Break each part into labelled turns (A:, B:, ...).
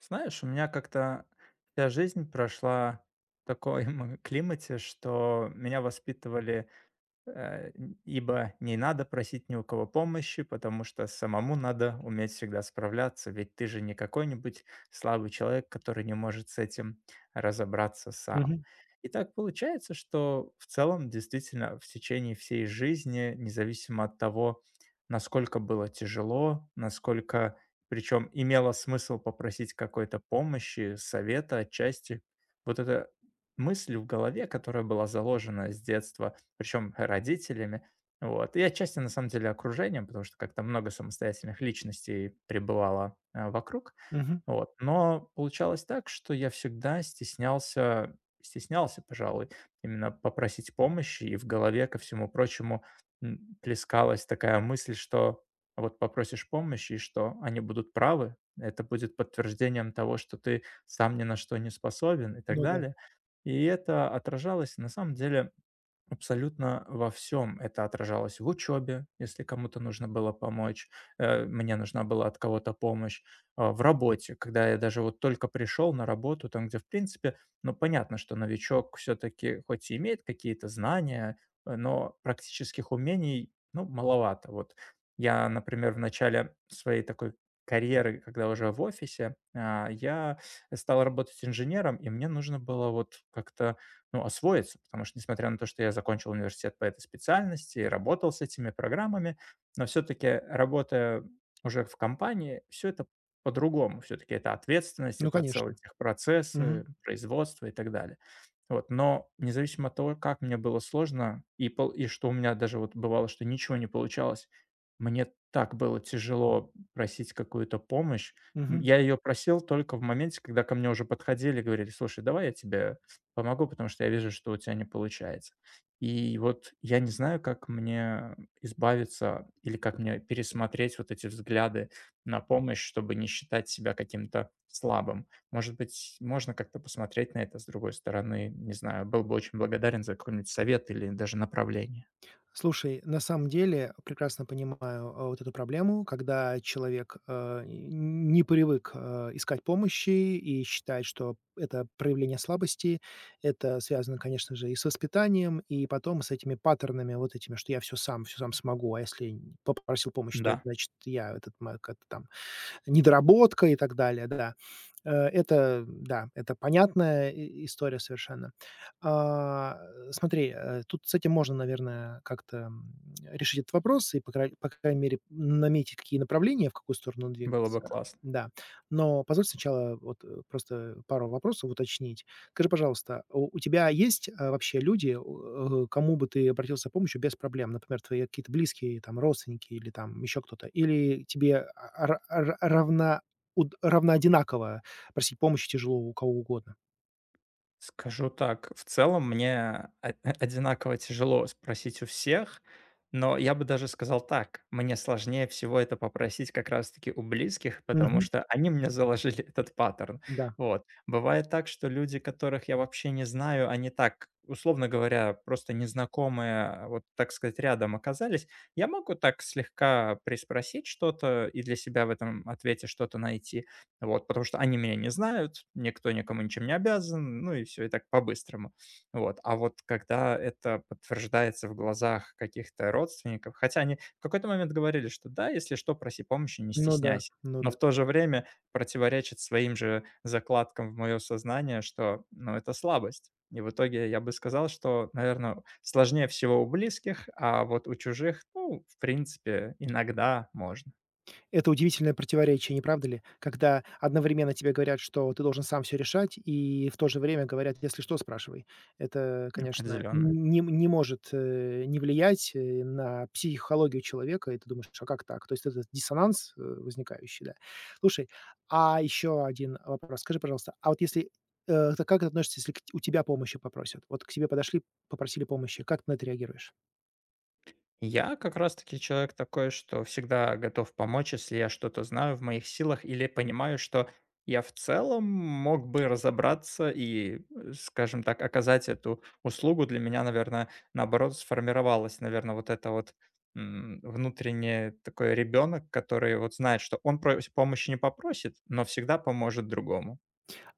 A: Знаешь, у меня как-то вся жизнь прошла в таком климате, что меня воспитывали э, ибо не надо просить ни у кого помощи, потому что самому надо уметь всегда справляться, ведь ты же не какой-нибудь слабый человек, который не может с этим разобраться сам.
B: Мгм,
A: И так получается, что в целом действительно в течение всей жизни, независимо от того, насколько было тяжело, насколько, причем имело смысл попросить какой-то помощи, совета отчасти, вот эта мысль в голове, которая была заложена с детства, причем родителями. Вот. И отчасти, на самом деле, окружением, потому что как-то много самостоятельных личностей пребывало вокруг.
B: мгм.
A: Вот. Но получалось так, что я всегда стеснялся, стеснялся, пожалуй, именно попросить помощи, и в голове, ко всему прочему, плескалась такая мысль, что вот попросишь помощи, и что они будут правы, это будет подтверждением того, что ты сам ни на что не способен и так
B: Ну да.
A: далее. И это отражалось, на самом деле, абсолютно во всем. Это отражалось в учебе, если кому-то нужно было помочь, мне нужна была от кого-то помощь, а в работе, когда я даже вот только пришел на работу, там, где, в принципе, ну, понятно, что новичок все таки хоть и имеет какие-то знания, но практических умений, ну, маловато. Вот я, например, в начале своей такой карьеры, когда уже в офисе, а я стал работать инженером, и мне нужно было вот как-то ну, освоиться, потому что, несмотря на то, что я закончил университет по этой специальности и работал с этими программами, но все-таки работая уже в компании, все это по-другому. Все-таки это ответственность,
B: Ну,
A: это целые
B: конечно.
A: техпроцессы,
B: Мгм,
A: производство и так далее. Вот. Но независимо от того, как мне было сложно, и, и что у меня даже вот бывало, что ничего не получалось, мне так было тяжело просить какую-то помощь.
B: мгм.
A: Я ее просил только в моменте, когда ко мне уже подходили и говорили, слушай, давай я тебе помогу, потому что я вижу, что у тебя не получается. И вот я не знаю, как мне избавиться или как мне пересмотреть вот эти взгляды на помощь, чтобы не считать себя каким-то слабым. Может быть, можно как-то посмотреть на это с другой стороны. Не знаю, был бы очень благодарен за какой-нибудь совет или даже направление.
B: Слушай, на самом деле прекрасно понимаю, вот эту проблему, когда человек, а, н не привык, искать помощи и считает, что это проявление слабости. Это связано, конечно же, и с воспитанием, и потом с этими паттернами вот этими, что я все сам смогу, а если н попросил помощи, то это
A: Да,
B: значит я этот ма как-то там недоработка и так далее, да. Это, да, это понятная и история совершенно. А, Смотри, тут с этим можно, наверное, как-то, решить этот вопрос и, по крайней мере, наметить, какие направления, в какую сторону
A: было
B: двигаться.
A: бы классно.
B: Да. Но позволь сначала вот, просто пару вопросов уточнить. Скажи, пожалуйста, у тебя есть, вообще люди, кому бы ты обратился за помощью без проблем? Например, твои какие-то близкие, там, родственники или там еще кто-то? Или тебе а, ра ра равна уд равно одинаково просить помощи тяжело у кого угодно?
A: Скажу так, в целом мне одинаково тяжело спросить у всех, но я бы даже сказал так, мне сложнее всего это попросить как раз-таки у близких, потому
B: Мгм.
A: что они мне заложили этот паттерн.
B: Да.
A: Вот. Бывает так, что люди, которых я вообще не знаю, они так, условно говоря, просто незнакомые, вот так сказать, рядом оказались, я могу так слегка приспросить что-то и для себя в этом ответе что-то найти, вот, потому что они меня не знают, никто никому ничем не обязан, ну и все, и так по-быстрому. Вот. А вот когда это подтверждается в глазах каких-то родственников, хотя они в какой-то момент говорили, что да, если что, проси помощи, не
B: Ну да,
A: стесняйся.
B: ну
A: Но
B: да.
A: в то же время противоречит своим же закладкам в мое сознание, что, ну, это слабость. И в итоге я бы сказал, что, наверное, сложнее всего у близких, а вот у чужих, ну, в принципе, иногда можно.
B: Это удивительное противоречие, не правда ли? Когда одновременно тебе говорят, что ты должен сам все решать, и в то же время говорят: "Если что, спрашивай". Это, конечно,
A: Определенно.
B: не может, не влиять, на психологию человека, и ты думаешь: "А как так?" То есть это диссонанс, возникающий, да. Слушай, а еще один вопрос. Скажи, пожалуйста, а вот если, ты как относишься, если у тебя помощи попросят? Вот к тебе подошли, попросили помощи, как ты на это реагируешь?
A: Я как раз-таки человек такой, что всегда готов помочь, если я что-то знаю в моих силах или понимаю, что я в целом мог бы разобраться и, скажем так, оказать эту услугу. Для меня, наверное, наоборот, сформировалось, наверное, вот это вот внутренний такой ребенок, который вот знает, что он помощи не попросит, но всегда поможет другому.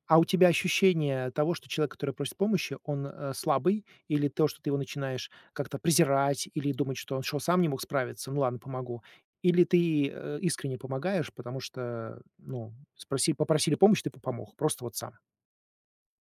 B: А у тебя ощущение того, что человек, который просит помощи, он, слабый? Или то, что ты его начинаешь как-то презирать или думать, что он что, сам не мог справиться? Ну ладно, помогу. Или ты, искренне помогаешь, потому что, ну, спроси попросили помощи, ты п помог, просто вот сам?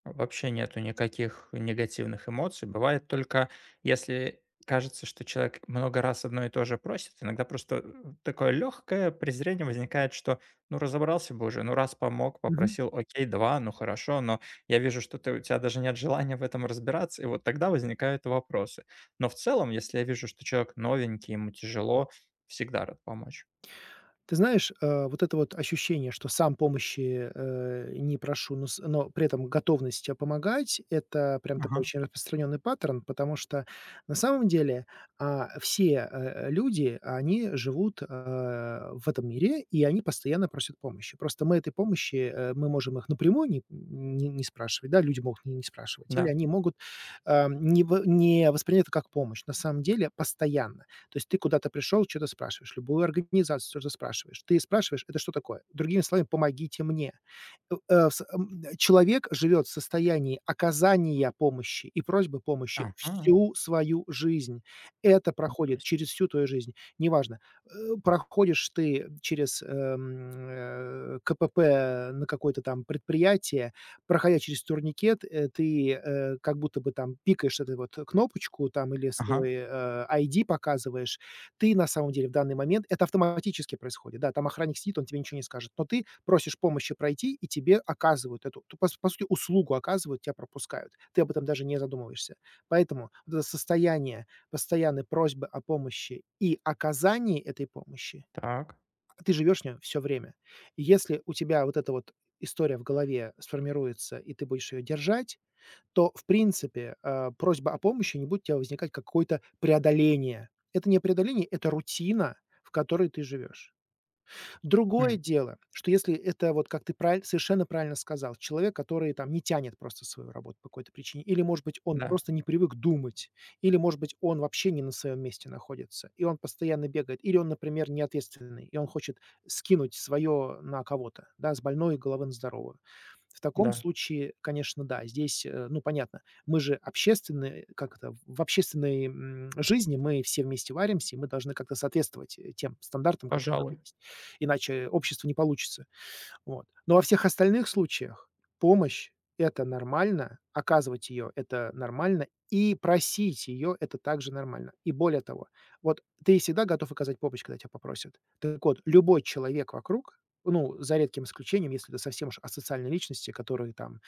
A: Вообще нету никаких негативных эмоций. Бывает только, если кажется, что человек много раз одно и то же просит, иногда просто такое легкое презрение возникает, что ну разобрался бы уже, ну раз помог,
B: Мгм.
A: попросил, окей, два, ну хорошо, но я вижу, что у тебя даже нет желания в этом разбираться, и вот тогда возникают вопросы. Но в целом, если я вижу, что человек новенький, ему тяжело, всегда рад помочь.
B: Ты знаешь, вот это вот ощущение, что сам помощи, не прошу, но с но при этом готовность, помогать — это прям такой
A: Ага,
B: очень распространенный паттерн, потому что на самом деле, все, люди, они живут, в этом мире, и они постоянно просят помощи. Просто мы этой помощи, мы можем их напрямую не спрашивать, да, люди могут не спрашивать, или
A: да.
B: они могут, не в не воспринять это как помощь. На самом деле постоянно то есть ты куда-то пришел, что то спрашиваешь, любую организацию что-то спрашиваешь. Ты спрашиваешь: "Это что такое?" Другими словами: "Помогите мне". Человек живет в состоянии оказания помощи и просьбы помощи
A: Ага,
B: всю свою жизнь. Это
A: ничего
B: проходит
A: себе.
B: через всю твою жизнь. Неважно, э, проходишь ты через, КПП на какое-то там предприятие, проходя через турникет, ты, как будто бы там пикаешь этой вот кнопочку там или
A: Ага,
B: свой, ID показываешь. Ты на самом деле в данный момент это автоматически происходит. Да, там охранник сидит, он тебе ничего не скажет, но ты просишь помощи пройти, и тебе оказывают эту, т по по сути, услугу оказывают, тебя пропускают. Ты об этом даже не задумываешься. Поэтому вот это состояние постоянной просьбы о помощи и оказании этой помощи —
A: так.
B: ты живешь в нём всё время. И если у тебя вот эта вот история в голове сформируется, и ты будешь её держать, то, в принципе, просьба о помощи не будет у тебя возникать какое-то преодоление. Это не преодоление, это рутина, в которой ты живешь. Другое
A: М,
B: дело, что если это вот, как ты правиль совершенно правильно сказал, человек, который там не тянет просто свою работу по какой-то причине, или, может быть, он
A: Да,
B: просто не привык думать, или, может быть, он вообще не на своем месте находится, и он постоянно бегает, или он, например, неответственный, и он хочет скинуть свое на кого-то, да, с больной головы на здоровую. В таком
A: да,
B: случае, конечно, да, здесь, ну, понятно, мы же общественные, как это, в общественной, жизни мы все вместе варимся, и мы должны как-то соответствовать, тем стандартам,
A: пожалуй.
B: которые есть, иначе общество не получится. Вот. Но во всех остальных случаях помощь — это нормально, оказывать ее — это нормально, и просить ее — это также нормально. И более того, вот ты всегда готов оказать помощь, когда тебя попросят. Так вот, любой человек вокруг, ну, за редким исключением, если это совсем уж асоциальные личности, которые там,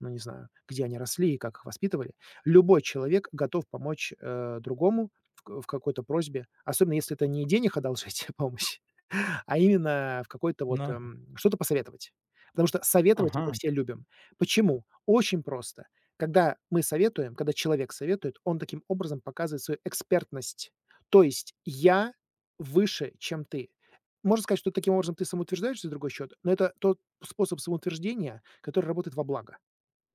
B: ну, не знаю, где они росли и как их воспитывали, любой человек готов помочь, другому в какой-то просьбе, особенно если это не денег одолжить, помощь, а именно в какой-то вот,
A: Ну,
B: что-то посоветовать. Потому что советовать мы
A: ага,
B: все любим. Почему? Очень просто. Когда мы советуем, когда человек советует, он таким образом показывает свою экспертность. То есть я выше, чем ты. Можно сказать, что таким образом ты самоутверждаешься, с другой счет, но это тот способ самоутверждения, который работает во благо.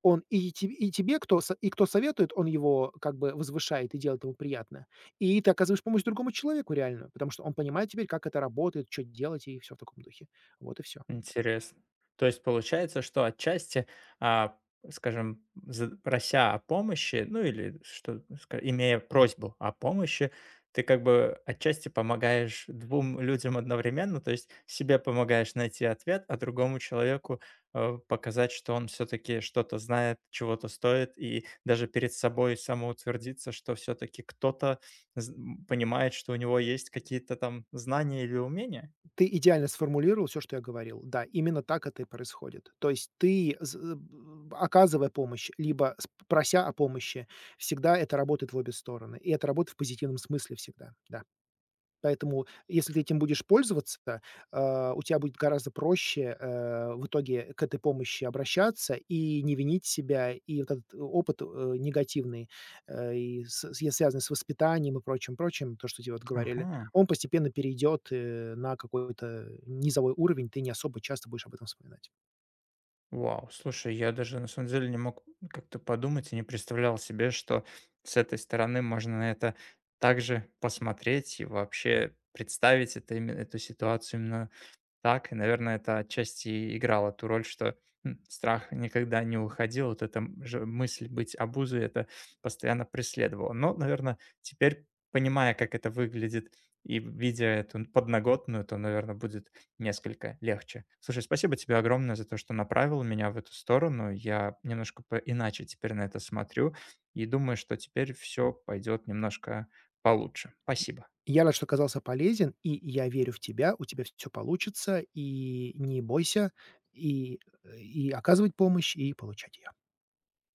B: Он и тебе, кто со и кто советует, он его как бы возвышает и делает ему приятно. И ты оказываешь помощь другому человеку реально, потому что он понимает теперь, как это работает, что делать и все в таком духе. Вот и все.
A: интересно. То есть получается, что отчасти, а, скажем, з прося о помощи, ну, или что, ска имея просьбу о помощи, ты как бы отчасти помогаешь двум людям одновременно. То есть себе помогаешь найти ответ, а другому человеку, показать, что он все таки что-то знает, чего-то стоит, и даже перед собой самоутвердиться, что все таки кто-то понимает, что у него есть какие-то там знания или умения?
B: Ты идеально сформулировал все что я говорил. Да, именно так это и происходит. То есть ты, з э, б оказывая помощь, либо с прося о помощи, всегда это работает в обе стороны. И это работает в позитивном смысле всегда, да. Поэтому, если ты этим будешь пользоваться, у тебя будет гораздо проще, в итоге к этой помощи обращаться и не винить себя. И вот этот опыт, негативный, э, и с связанный с воспитанием и прочим, прочим, то, что тебе вот говорили,
A: Ага.
B: он постепенно перейдет, на какой-то низовой уровень. Ты не особо часто будешь об этом вспоминать.
A: Вау, слушай, я даже на самом деле не мог как-то подумать и не представлял себе, что с этой стороны можно на это также посмотреть и вообще представить это, именно эту ситуацию именно так, и, наверное, это отчасти и играло ту роль, что, страх никогда не уходил. Вот эта же мысль быть обузой — это постоянно преследовало. Но, наверное, теперь, понимая, как это выглядит, и видя эту подноготную, то, наверное, будет несколько легче. Слушай, спасибо тебе огромное за то, что направил меня в эту сторону. Я немножко по иначе теперь на это смотрю и думаю, что теперь все пойдет немножко получше. Спасибо.
B: Я рад, что оказался полезен, и я верю в тебя. У тебя все получится. И не бойся и, и оказывать помощь, и получать ее.